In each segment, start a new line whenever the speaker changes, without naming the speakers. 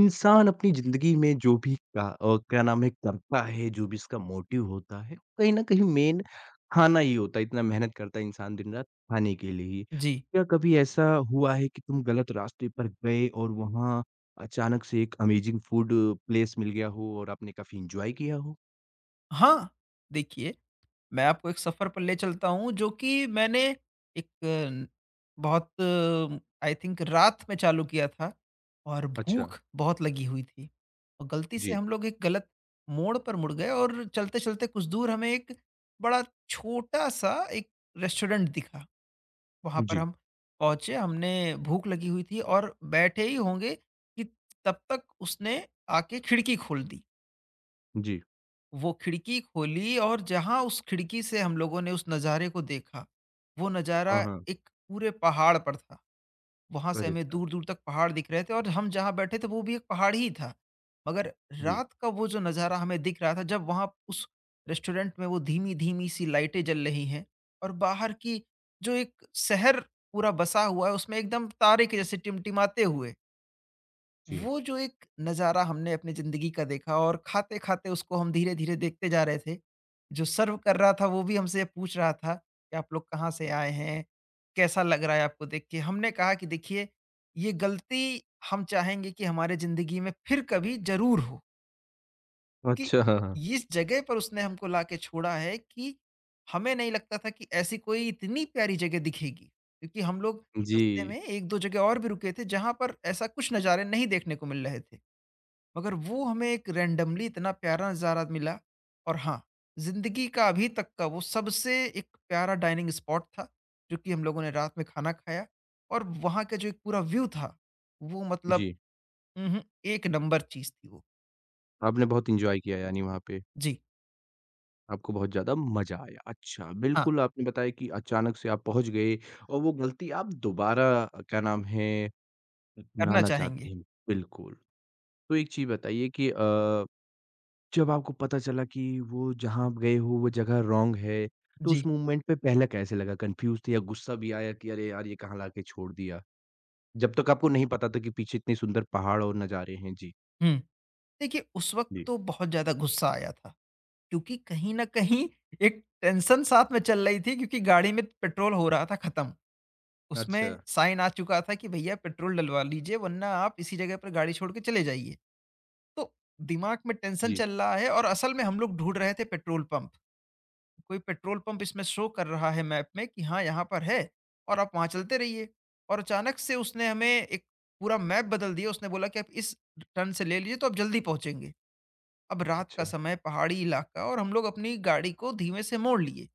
इंसान अपनी ज़िंदगी में जो भी का क्या नाम है करता है, जो भी इसका मोटिव होता है, कहीं न कहीं मेन खाना ही होता है। इतना मेहनत करता है इंसान दिन-रात खाने के लिए ही।
जी।
क्या कभी ऐसा हुआ है कि तुम गलत रास्ते पर गए और वहाँ अचानक से एक अमेज़िंग फूड प्लेस मिल गया हो और आपने काफ़ी एन्जॉय किया हो?
हाँ, देखिए, मैं आपको एक सफ़र पर ले चलता हूँ जो कि मैंने एक न बहुत आई थिंक रात में चालू किया था और
अच्छा,
भूख बहुत लगी हुई थी। और गलती से
जी।
हम लोग एक गलत मोड़ पर मुड़ गए और चलते-चलते कुछ दूर हमें एक बड़ा छोटा-सा एक रेस्टोरेंट दिखा। वहाँ पर
जी,
हम पहुँचे, हमने भूख लगी हुई थी और बैठे ही होंगे कि तब तक उसने आके खिड़की खोल दी।
जी।
वो खिड़की खोली और जहाँ उस खिड़की से हम लोगों ने उस नज़ारे को देखा, वो नज़ारा
हाँ, हाँ।
एक पूरे पहाड़ पर था। वहाँ से
अरे
हमें
ता
दूर-दूर तक पहाड़ दिख रहे थे और हम जहाँ बैठे थे वो भी एक पहाड़ ही था। मगर
जी।
रात का वो जो नज़ारा हमें दिख रहा था जब वहाँ उस रेस्टोरेंट में वो धीमी-धीमी सी लाइटें जल रही हैं, और बाहर की जो एक शहर पूरा बसा हुआ है उसमें एकदम तारे के जैसे टिमटिमाते हुए।
जी।
वो जो एक नज़ारा हमने अपनी ज़िंदगी का देखा और खाते-खाते उसको हम धीरे-धीरे देखते जा रहे थे। जो सर्व कर रहा था वो भी हमसे पूछ रहा था कि आप लोग कहाँ से आए हैं? कैसा लग रहा है आपको देख के? हमने कहा कि देखिए ये गलती हम चाहेंगे कि हमारे ज़िंदगी में फिर कभी ज़रूर हो। कि
अच्छा, हाँ, हाँ।
इस जगह पर उसने हमको लाके छोड़ा है, कि हमें नहीं लगता था कि ऐसी कोई इतनी प्यारी जगह दिखेगी। क्योंकि हम लोग
जी,
रास्ते में 1-2 जगह और भी रुके थे जहाँ पर ऐसा कुछ नज़ारे नहीं देखने को मिल रहे थे। मगर वो हमें एक रैंडमली इतना प्यारा नज़ारा मिला, और हाँ, ज़िंदगी का अभी तक का वो सबसे एक प्यारा डाइनिंग स्पॉट था, जो कि हम लोगों ने रात में खाना खाया और वहाँ का जो एक पूरा व्यू था, वो मतलब
जी।
एक नंबर चीज़ थी वो।
आपने बहुत एन्जॉय किया यानी वहाँ पे।
जी,
आपको बहुत ज़्यादा मज़ा आया। अच्छा,
हाँ,
बिल्कुल आपने बताया कि अचानक से आप पहुँच गए और वो गलती आप दोबारा क्या नाम है,
करना
अपनाना चाहते
चाहेंगे।
हैं। बिल्कुल, तो एक चीज़ बताइए कि जब आपको पता चला कि वो जहाँ आप गए हो वो जगह रॉन्ग है, तो उस
जी,
मोमेंट पे पहले कैसे लगा? कन्फ्यूज़ थे या गुस्सा भी आया कि अरे यार! ये कहाँ लाके छोड़ दिया? जब तक आपको नहीं पता था कि पीछे इतने सुंदर पहाड़ और नज़ारे हैं। जी,
हुँ। देखिए, उस वक़्त
जी।
तो बहुत ज़्यादा गुस्सा आया था, क्योंकि कहीं न कहीं एक टेंशन साथ में चल रही थी, क्योंकि गाड़ी में पेट्रोल हो रहा था खत्म।
अच्छा।
उसमें साइन आ चुका था कि भैया पेट्रोल डलवा लीजिए, वरना आप इसी जगह पर गाड़ी छोड़ के चले जाइए। तो दिमाग में टेंशन
जी,
चल रहा है और असल में हम लोग ढूँढ रहे थे पेट्रोल पंप। कोई पेट्रोल पंप इसमें शो कर रहा है मैप में कि हाँ, यहाँ पर है और आप वहाँ चलते रहिए। और अचानक से उसने हमें एक पूरा मैप बदल दिया। उसने बोला कि आप इस टर्न से ले लीजिए तो आप जल्दी पहुँचेंगे। अब रात का
अच्छा।
समय, पहाड़ी इलाका, और हम लोग अपनी गाड़ी को धीमे से मोड़ लिए।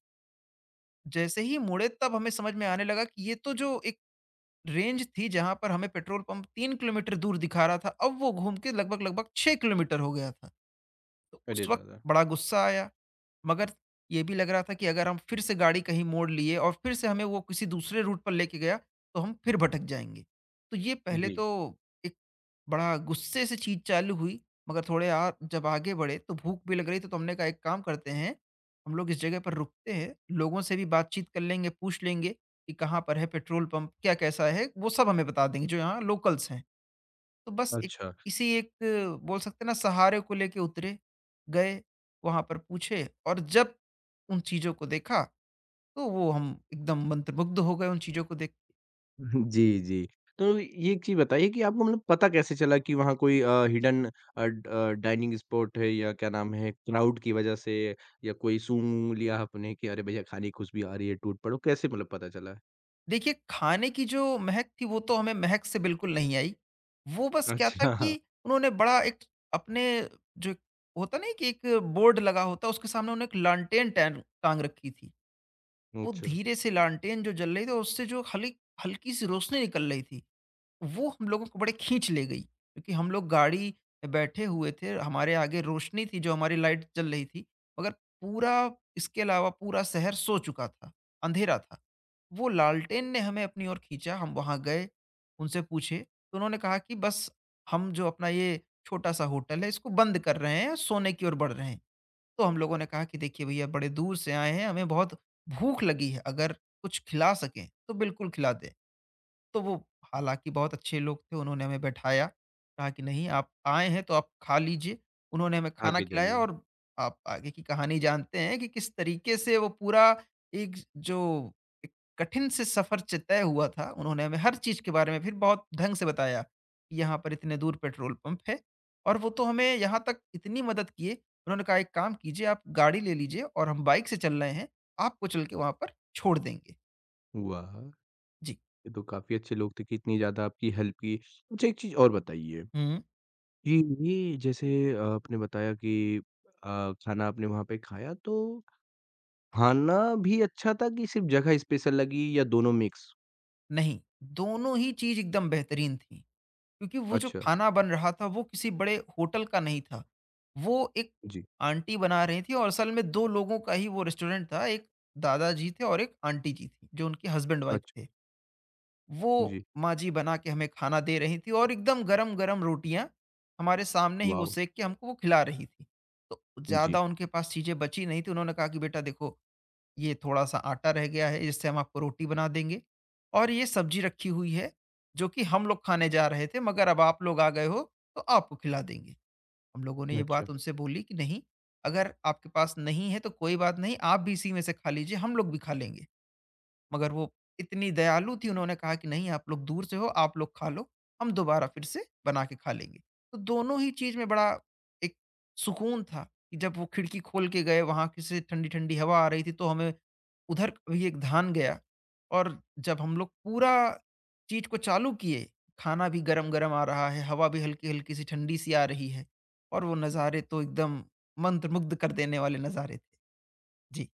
जैसे ही मुड़े तब हमें समझ में आने लगा कि ये तो जो एक रेंज थी जहाँ पर हमें पेट्रोल पंप 3 किलोमीटर दूर दिखा रहा था, अब वो घूम के लगभग-लगभग 6 किलोमीटर हो गया था। तो
अरे
उस वक़्त
दादा!
बड़ा गुस्सा आया। मगर ये भी लग रहा था कि अगर हम फिर से गाड़ी कहीं मोड़ लिए और फिर से हमें वो किसी दूसरे रूट पर लेके गया तो हम फिर भटक जाएँगे। तो ये पहले
जी।
तो एक बड़ा गुस्से से चीज़ चालू हुई, मगर थोड़े आ जब आगे बढ़े तो भूख भी लग रही थी, तो हमने कहा एक काम करते हैं, हम लोग इस जगह पर रुकते हैं, लोगों से भी बातचीत कर लेंगे, पूछ लेंगे कि कहाँ पर है पेट्रोल पंप, क्या कैसा है, वो सब हमें बता देंगे जो यहाँ लोकल्स हैं। तो बस एक
अच्छा।
इसी एक बोल सकते हैं ना सहारे को लेके उतरे, गए, वहाँ पर पूछे, और जब उन चीज़ों को देखा, तो वो हम एकदम मंत्रमुग्ध हो गए उन चीज़ों को देख के।
जी, जी। तो ये एक चीज़ बताइए कि आपको मतलब पता कैसे चला कि वहाँ कोई हिडन ड डाइनिंग स्पॉट है या क्या नाम है, क्राउड की वजह से या कोई सूंघ लिया आपने कि अरे भैया खाने की खुशबू आ रही है, टूट पड़ो, कैसे मतलब पता चला?
देखिए, खाने की जो महक थी, वो तो हमें महक से बिल्कुल नहीं आई। वो बस क्या था
अच्छा,
कि उन्होंने बड़ा एक अपने जो एक होता नहीं कि एक बोर्ड लगा होता है, उसके सामने उन्होंने एक लालटेन टैन टाँग रखी थी। वो
अच्छा,
धीरे से लालटेन जो जल रही थी, उससे जो हली हल्की-सी रोशनी निकल रही थी। वो हम लोगों को बड़े खींच ले गई क्योंकि हम लोग गाड़ी में बैठे हुए थे। हमारे आगे रोशनी थी जो हमारी लाइट जल रही थी, मगर पूरा इसके अलावा पूरा शहर सो चुका था, अँधेरा था। वो लालटेन ने हमें अपनी ओर खींचा, हम वहाँ गए, उनसे पूछे, तो उन्होंने कहा कि बस हम जो अपना ये छोटा-सा होटल है इसको बंद कर रहे हैं, सोने की ओर बढ़ रहे हैं। तो हम लोगों ने कहा कि देखिए भईया बड़े दूर से आए हैं, हमें बहुत भूख लगी है, अगर कुछ खिला सकें तो बिल्कुल खिला दें। तो वो हालाँकि बहुत अच्छे लोग थे, उन्होंने हमें बैठाया, कहा कि नहीं आप आए हैं तो आप खा लीजिए। उन्होंने हमें खाना
आगे
खिलाया
जाइए।
और आप आगे की कहानी जानते हैं कि किस तरीके से वो पूरा एक जो एक कठिन से सफ़र च तय हुआ था, उन्होंने हमें हर चीज़ के बारे में फिर बहुत ढंग से बताया कि यहाँ पर इतने दूर पेट्रोल पंप है, और वो तो हमें यहाँ तक इतनी मदद किए, उन्होंने कहा एक काम कीजिए आप गाड़ी ले लीजिए और हम बाइक से चल रहे हैं, आपको चल के वहाँ पर छोड़ देंगे।
वाह!
जी।
ये तो काफ़ी अच्छे लोग थे कि इतनी ज़्यादा आपकी हेल्प की। मुझे एक चीज़ और बताइए
हुँ।
कि ये जैसे आपने बताया कि खाना आपने वहाँ पे खाया तो खाना भी अच्छा था कि सिर्फ़ जगह स्पेशल लगी या दोनों मिक्स?
नहीं, दोनों ही चीज़ एकदम बेहतरीन थी, क्योंकि वो जो
अच्छा,
खाना बन रहा था वो किसी बड़े होटल का नहीं था। वो एक
जी,
आंटी बना रही थी, और असल में 2 लोगों का ही वो रेस्टोरेंट था, एक दादाजी थे और एक आंटी जी थी, जो उनके हस्बैंड-वाइफ
अच्छा,
थे। वो
जी,
माँ जी बना के हमें खाना दे रही थी और एकदम गरम-गरम रोटियाँ हमारे सामने ही वो
वॉव!
सेंक के हमको वो खिला रही थी। तो
जी,
ज़्यादा उनके पास चीज़ें बची नहीं थी, उन्होंने कहा कि बेटा देखो ये थोड़ा-सा आटा रह गया है, इससे हम आपको रोटी बना देंगे, और ये सब्जी रखी हुई है, जो कि हम लोग खाने जा रहे थे मगर अब आप लोग आ गए हो, तो आपको खिला देंगे। हम लोगों ने ये
अच्छा।
बात उनसे बोली कि नहीं, अगर आपके पास नहीं है तो कोई बात नहीं, आप भी इसी में से खा लीजिए, हम लोग भी खा लेंगे। मगर वो इतनी दयालु थी, उन्होंने कहा कि नहीं आप लोग दूर से हो, आप लोग खा लो, हम दोबारा फिर से बना के खा लेंगे। तो दोनों ही चीज में बड़ा एक सुकून था कि जब वो खिड़की खोल के गए वहां से ठंडी ठंडी हवा आ रही थी तो हमें उधर भी एक धान गया। और जब हम लोग पूरा चीज को चालू किए, खाना भी गरम गरम आ रहा है, हवा भी हल्की हल्की सी ठंडी सी आ रही है, और वो नज़ारे तो एकदम मंत्रमुग्ध कर देने वाले नज़ारे थे। जी।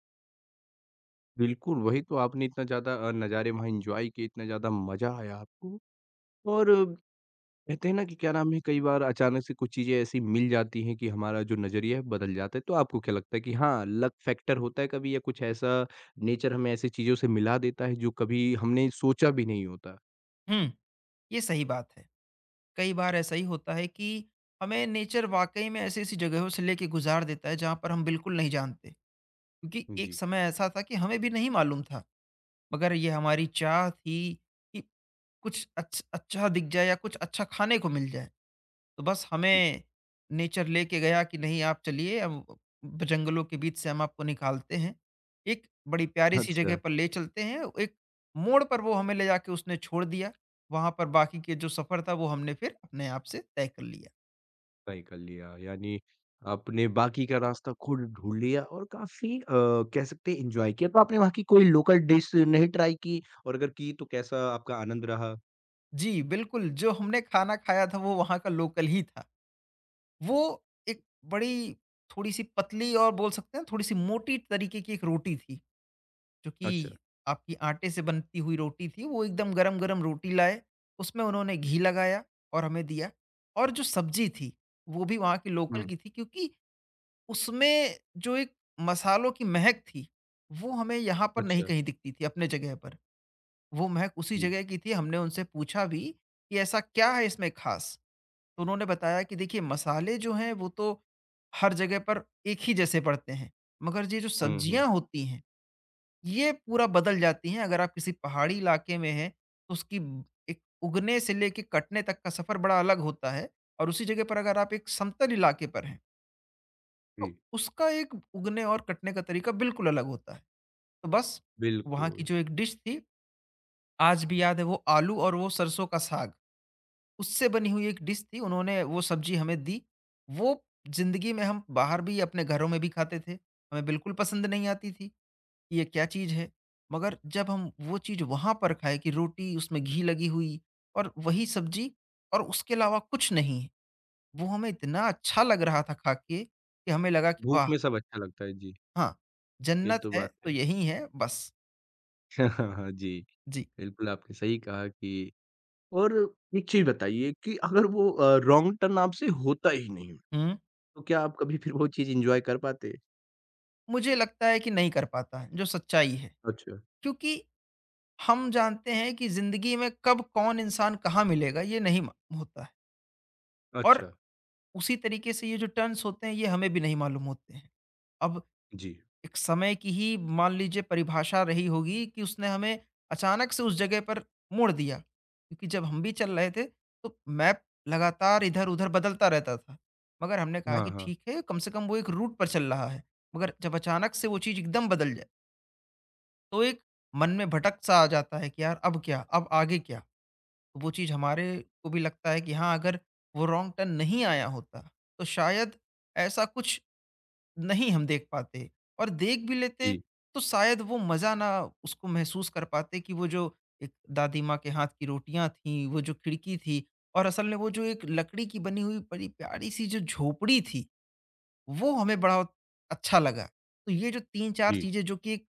बिल्कुल, वही तो आपने इतना ज़्यादा नज़ारे वहाँ एन्जॉय किए, इतना ज़्यादा मज़ा आया आपको और कहते हैं ना कि क्या नाम है, कई बार अचानक से कुछ चीज़ें ऐसी मिल जाती हैं कि हमारा जो नज़रिया है बदल जाता है। तो आपको क्या लगता है कि हाँ, लक फैक्टर होता है कभी या कुछ ऐसा नेचर हमें ऐसी चीज़ों से मिला देता है जो कभी हमने सोचा भी नहीं होता?
हम्म। ये सही बात है। कई बार ऐसा ही होता है कि हमें नेचर वाकई में ऐसी-ऐसी जगहों से लेके गुज़ार देता है जहाँ पर हम बिल्कुल नहीं जानते। क्योंकि एक
जी,
समय ऐसा था कि हमें भी नहीं मालूम था, मगर ये हमारी चाह थी कि कुछ अच्छा दिख जाए या कुछ अच्छा खाने को मिल जाए। तो बस
जी।
हमें नेचर लेके गया कि नहीं आप चलिए अब ब जंगलों के बीच से हम आपको निकालते हैं। एक बड़ी प्यारी-सी जगह
अच्छा।
पर ले चलते हैं, एक मोड़ पर वो हमें ले जाके उसने छोड़ दिया। वहाँ पर बाकी के जो सफ़र था वो हमने फिर अपने आप से तय कर लिया।
तय कर लिया यानी आपने बाकी का रास्ता खुद ढूँढ लिया और काफ़ी कह सकते हैं एन्जॉय किया। तो आपने वहाँ की कोई लोकल डिश नहीं ट्राई की और अगर की तो कैसा आपका आनंद रहा?
जी, बिल्कुल, जो हमने खाना खाया था वो वहाँ का लोकल ही था। वो एक बड़ी थोड़ी-सी पतली और बोल सकते हैं थोड़ी-सी मोटी तरीके की एक रोटी थी, जो
अच्छा।
कि आपकी आटे से बनती हुई रोटी थी। वो एकदम गरम-गरम रोटी लाए, उसमें उन्होंने घी लगाया और हमें दिया, और जो सब्ज़ी थी, वो भी वहाँ की लोकल
हुँ,
की थी क्योंकि उसमें जो एक मसालों की महक थी, वो हमें यहाँ पर नहीं
अच्छा,
कहीं दिखती थी अपने जगह पर। वो महक उसी
जी।
जगह की थी, हमने उनसे पूछा भी कि ऐसा क्या है इसमें ख़ास? तो उन्होंने बताया कि देखिए मसाले जो हैं वो तो हर जगह पर एक ही जैसे पड़ते हैं, मगर ये जो
हुँ, हुँ,
सब्जियां होती हैं ये पूरा बदल जाती हैं। अगर आप किसी पहाड़ी इलाके में हैं तो उसकी एक उगने से लेके कटने तक का सफर बड़ा अलग होता है, और उसी जगह पर अगर आप एक समतल इलाके पर हैं तो
जी,
उसका एक उगने और कटने का तरीका बिल्कुल अलग होता है। तो बस वहाँ की
बिल्कुल।
जो एक डिश थी, आज भी याद है वो आलू और वो सरसों का साग, उससे बनी हुई एक डिश थी, उन्होंने वो सब्ज़ी हमें दी। वो ज़िंदगी में हम बाहर भी अपने घरों में भी खाते थे, हमें बिल्कुल पसंद नहीं आती थी कि ये क्या चीज़ है। मगर जब हम वो चीज़ वहाँ पर खाए कि रोटी उसमें घी लगी हुई और वही सब्ज़ी और उसके अलावा कुछ नहीं है। वो हमें इतना अच्छा लग रहा था खा के कि हमें लगा कि
भूख
वाह!
में सब अच्छा लगता है, जी,
हाँ,
ये
जन्नत
तो
है
बात
तो
है।
यही है बस।
हाँ जी,
जी।
बिल्कुल आपने सही कहा कि और एक चीज़ बताइए कि अगर वो रॉन्ग टर्न आपसे होता ही नहीं,
हुँ।
तो क्या आप कभी फिर वो चीज़ एन्जॉय कर पाते?
मुझे लगता है कि नहीं कर पाता है, जो सच्चाई है।
अच्छा,
क्योंकि हम जानते हैं कि ज़िंदगी में कब कौन इंसान कहाँ मिलेगा, ये नहीं मालूम होता है और
अच्छा,
उसी तरीके से ये जो टर्न्स होते हैं, ये हमें भी नहीं मालूम होते हैं। अब
जी।
एक समय की ही मान लीजिए परिभाषा रही होगी कि उसने हमें अचानक से उस जगह पर मोड़ दिया, क्योंकि जब हम भी चल रहे थे तो मैप लगातार इधर-उधर बदलता रहता था। मगर हमने कहा
हाँ,
कि
हाँ।
ठीक है, कम से कम वो एक रूट पर चल रहा है। मगर जब अचानक से वो चीज़ एकदम बदल जाए, तो एक मन में भटक-सा आ जाता है कि यार, अब क्या? अब आगे क्या? तो वो चीज़ हमारे को भी लगता है कि हाँ, अगर वो रॉन्ग टर्न नहीं आया होता, तो शायद ऐसा कुछ नहीं हम देख पाते और देख भी लेते,
जी,
तो शायद वो मज़ा ना उसको महसूस कर पाते कि वो जो एक दादी माँ के हाथ की रोटियाँ थीं, वो जो खिड़की थी और असल में वो जो एक लकड़ी की बनी हुई बड़ी प्यारी-सी जो झोपड़ी थी, वो हमें बड़ा अच्छा लगा। तो ये जो 3-4
जी,
चीज़ें जो कि एक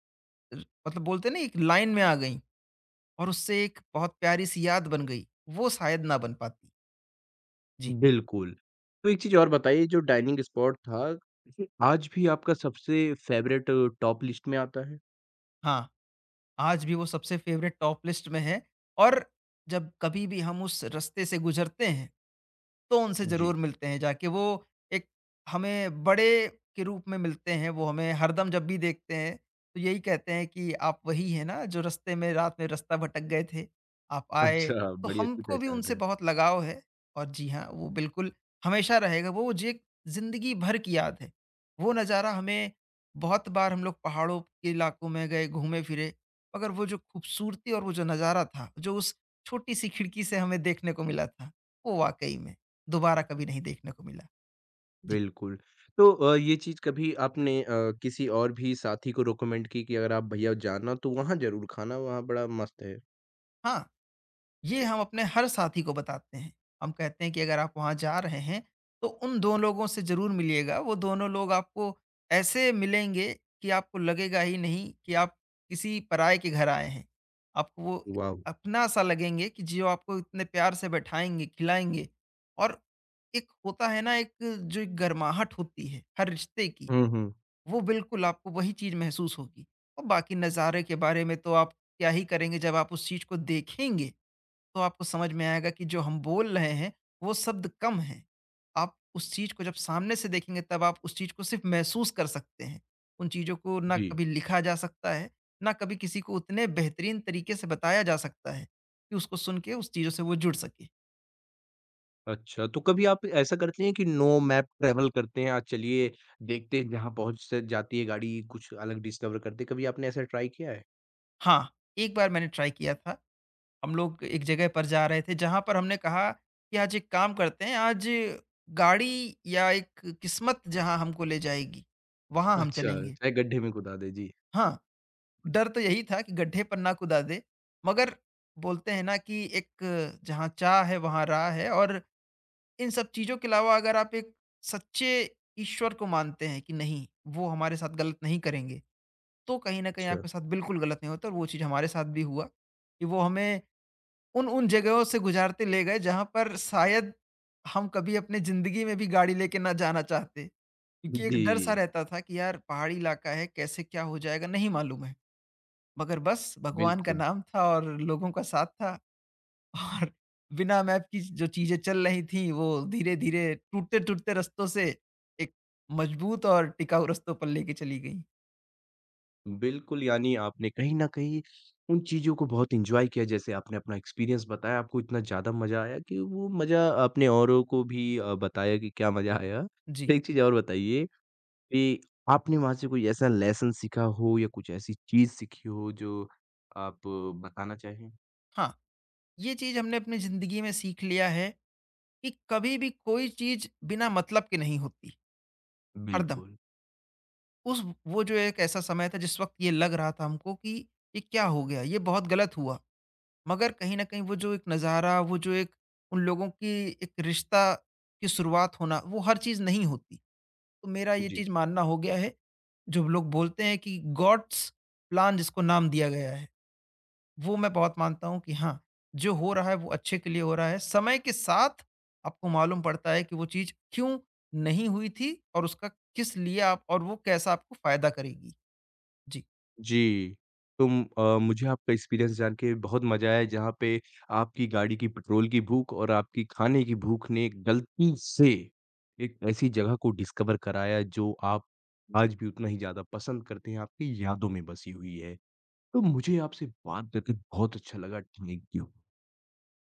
र मतलब बोलते हैं ना, एक लाइन में आ गईं और उससे एक बहुत प्यारी-सी याद बन गई, वो शायद ना बन पाती। जी।
बिल्कुल। तो एक चीज़ और बताइए जो डाइनिंग स्पॉट था, ये आज भी आपका सबसे फ़ेवरेट टॉप लिस्ट में आता है?
हाँ, आज भी वो सबसे फ़ेवरेट टॉप लिस्ट में है और जब कभी भी हम उस रास्ते से गुज़रते हैं, तो उनसे
जी,
ज़रूर मिलते हैं जाके। वो एक हमें बड़े के रूप में मिलते हैं, वो हमें हरदम जब भी देखते हैं, तो यही कहते हैं कि आप वही हैं ना, जो रास्ते में रात में रास्ता भटक गए थे, आप आए।
अच्छा
तो
बड़ी अच्छी
हमको भी
पहचान
उनसे
है।
बहुत लगाव है और जी हाँ, वो बिल्कुल हमेशा रहेगा। वो जी एक ज़िंदगी भर की याद है। वो नज़ारा हमें बहुत बार हम लोग पहाड़ों के इलाकों में गए, घूमे-फिरे, मगर वो जो खूबसूरती और वो जो नज़ारा था, जो उस छोटी-सी खिड़की से हमें देखने को मिला था, वो वाक़ई में दोबारा कभी नहीं देखने को मिला। जी।
बिल्कुल, तो ये चीज़ कभी आपने किसी और भी साथी को रिकमेंड की कि अगर आप भैया जाना तो वहाँ ज़रूर खाना, वहाँ बड़ा मस्त है?
हाँ, ये हम अपने हर साथी को बताते हैं। हम कहते हैं कि अगर आप वहाँ जा रहे हैं, तो उन 2 लोगों से ज़रूर मिलिएगा। वो दोनों लोग आपको ऐसे मिलेंगे कि आपको लगेगा ही नहीं कि आप किसी पराये के घर आए हैं। आपको वो
वाव!
अपना-सा लगेंगे, कि जो आपको इतने प्यार से बैठाएँगे, खिलाएँगे और एक होता है ना, एक जो एक गर्माहट होती है हर रिश्ते की।
हुँ, हुँ,
वो बिल्कुल आपको वही चीज़ महसूस होगी। और बाकी नज़ारे के बारे में तो आप क्या ही करेंगे, जब आप उस चीज़ को देखेंगे, तो आपको समझ में आएगा कि जो हम बोल रहे हैं, वो शब्द कम हैं। आप उस चीज़ को जब सामने से देखेंगे, तब आप उस चीज़ को सिर्फ़ महसूस कर सकते हैं। उन चीज़ों को ना
जी।
कभी लिखा जा सकता है, ना कभी किसी को उतने बेहतरीन तरीके से बताया जा सकता है, कि उसको सुन के उस चीज़ों से वो जुड़ सके।
अच्छा, तो कभी आप ऐसा करती हैं कि नो मैप ट्रैवल करते हैं, आज चलिए देखते हैं जहाँ पहुँच स जाती है गाड़ी, कुछ अलग डिस्कवर करते हैं, कभी आपने ऐसा ट्राई किया है?
हाँ, एक बार मैंने ट्राई किया था। हम लोग एक जगह पर जा रहे थे जहाँ पर हमने कहा कि आज एक काम करते हैं, आज गाड़ी या एक किस्मत जहाँ हमको ले जाएगी, वहाँ हम
अच्छा,
चलेंगे।
चाहे गड्ढे में कुदा दे, जी।
हाँ, डर तो यही था कि गड्ढे पर ना कुदा दे, मगर बोलते हैं ना कि एक जहाँ चाह है वहाँ राह है और इन सब चीज़ों के अलावा अगर आप एक सच्चे ईश्वर को मानते हैं कि नहीं, वो हमारे साथ गलत नहीं करेंगे, तो कहीं न कहीं
अच्छा।
आपके साथ बिल्कुल गलत नहीं होता और वो चीज़ हमारे साथ भी हुआ, कि वो हमें उन उन जगहों से गुज़ारते ले गए जहाँ पर शायद हम कभी अपनी ज़िंदगी में भी गाड़ी लेके ना जाना चाहते। क्योंकि एक
जी,
डर सा रहता था कि यार, पहाड़ी इलाका है, कैसे क्या हो जाएगा नहीं मालूम है। मगर बस भगवान का
बिल्कुल।
नाम था और लोगों का साथ था और बिना मैप की जो चीज़ें चल रही थी, वो धीरे-धीरे टूटते-टूटते रास्तों से एक मजबूत और टिकाऊ रास्तों पर लेके चली गईं।
बिल्कुल, यानी आपने कहीं न कहीं उन चीज़ों को बहुत एन्जॉय किया, जैसे आपने अपना एक्सपीरियंस बताया, आपको इतना ज़्यादा मज़ा आया कि वो मज़ा आपने औरों को भी बताया कि क्या मज़ा आया।
जी।
तो एक चीज़ और बताइए कि आपने वहाँ से कोई ऐसा लेसन सीखा हो या कुछ ऐसी चीज़ सीखी हो जो आप बताना चाहें?
हाँ, ये चीज़ हमने अपनी ज़िंदगी में सीख लिया है कि कभी भी कोई चीज़ बिना मतलब के नहीं होती। हरदम।
बिल्कुल।
उस वो जो एक ऐसा समय था जिस वक़्त ये लग रहा था हमको कि ये क्या हो गया? ये बहुत गलत हुआ। मगर कहीं न कहीं वो जो एक नज़ारा, वो जो एक उन लोगों की एक रिश्ता की शुरुआत होना, वो हर चीज़ नहीं होती। तो मेरा ये
जी।
चीज़ मानना हो गया है, जो लोग बोलते हैं कि गॉड्स प्लान जिसको नाम दिया गया है। वो मैं बहुत मानता हूँ कि हाँ, जो हो रहा है वो अच्छे के लिए हो रहा है। समय के साथ आपको मालूम पड़ता है कि वो चीज़ क्यों नहीं हुई थी और उसका किस लिए आप और वो कैसा आपको फ़ायदा करेगी। जी।
जी। तुम मुझे आपका एक्सपीरियंस जान के बहुत मज़ा आया जहाँ पे आपकी गाड़ी की पेट्रोल की भूख और आपकी खाने की भूख ने गलती से एक ऐसी जगह को डिस्कवर कराया जो आप आज भी उतना ही ज़्यादा पसंद करते हैं, आपकी यादों में बसी हुई है। तो मुझे आपसे बात करके बहुत अच्छा लगा। Thank you.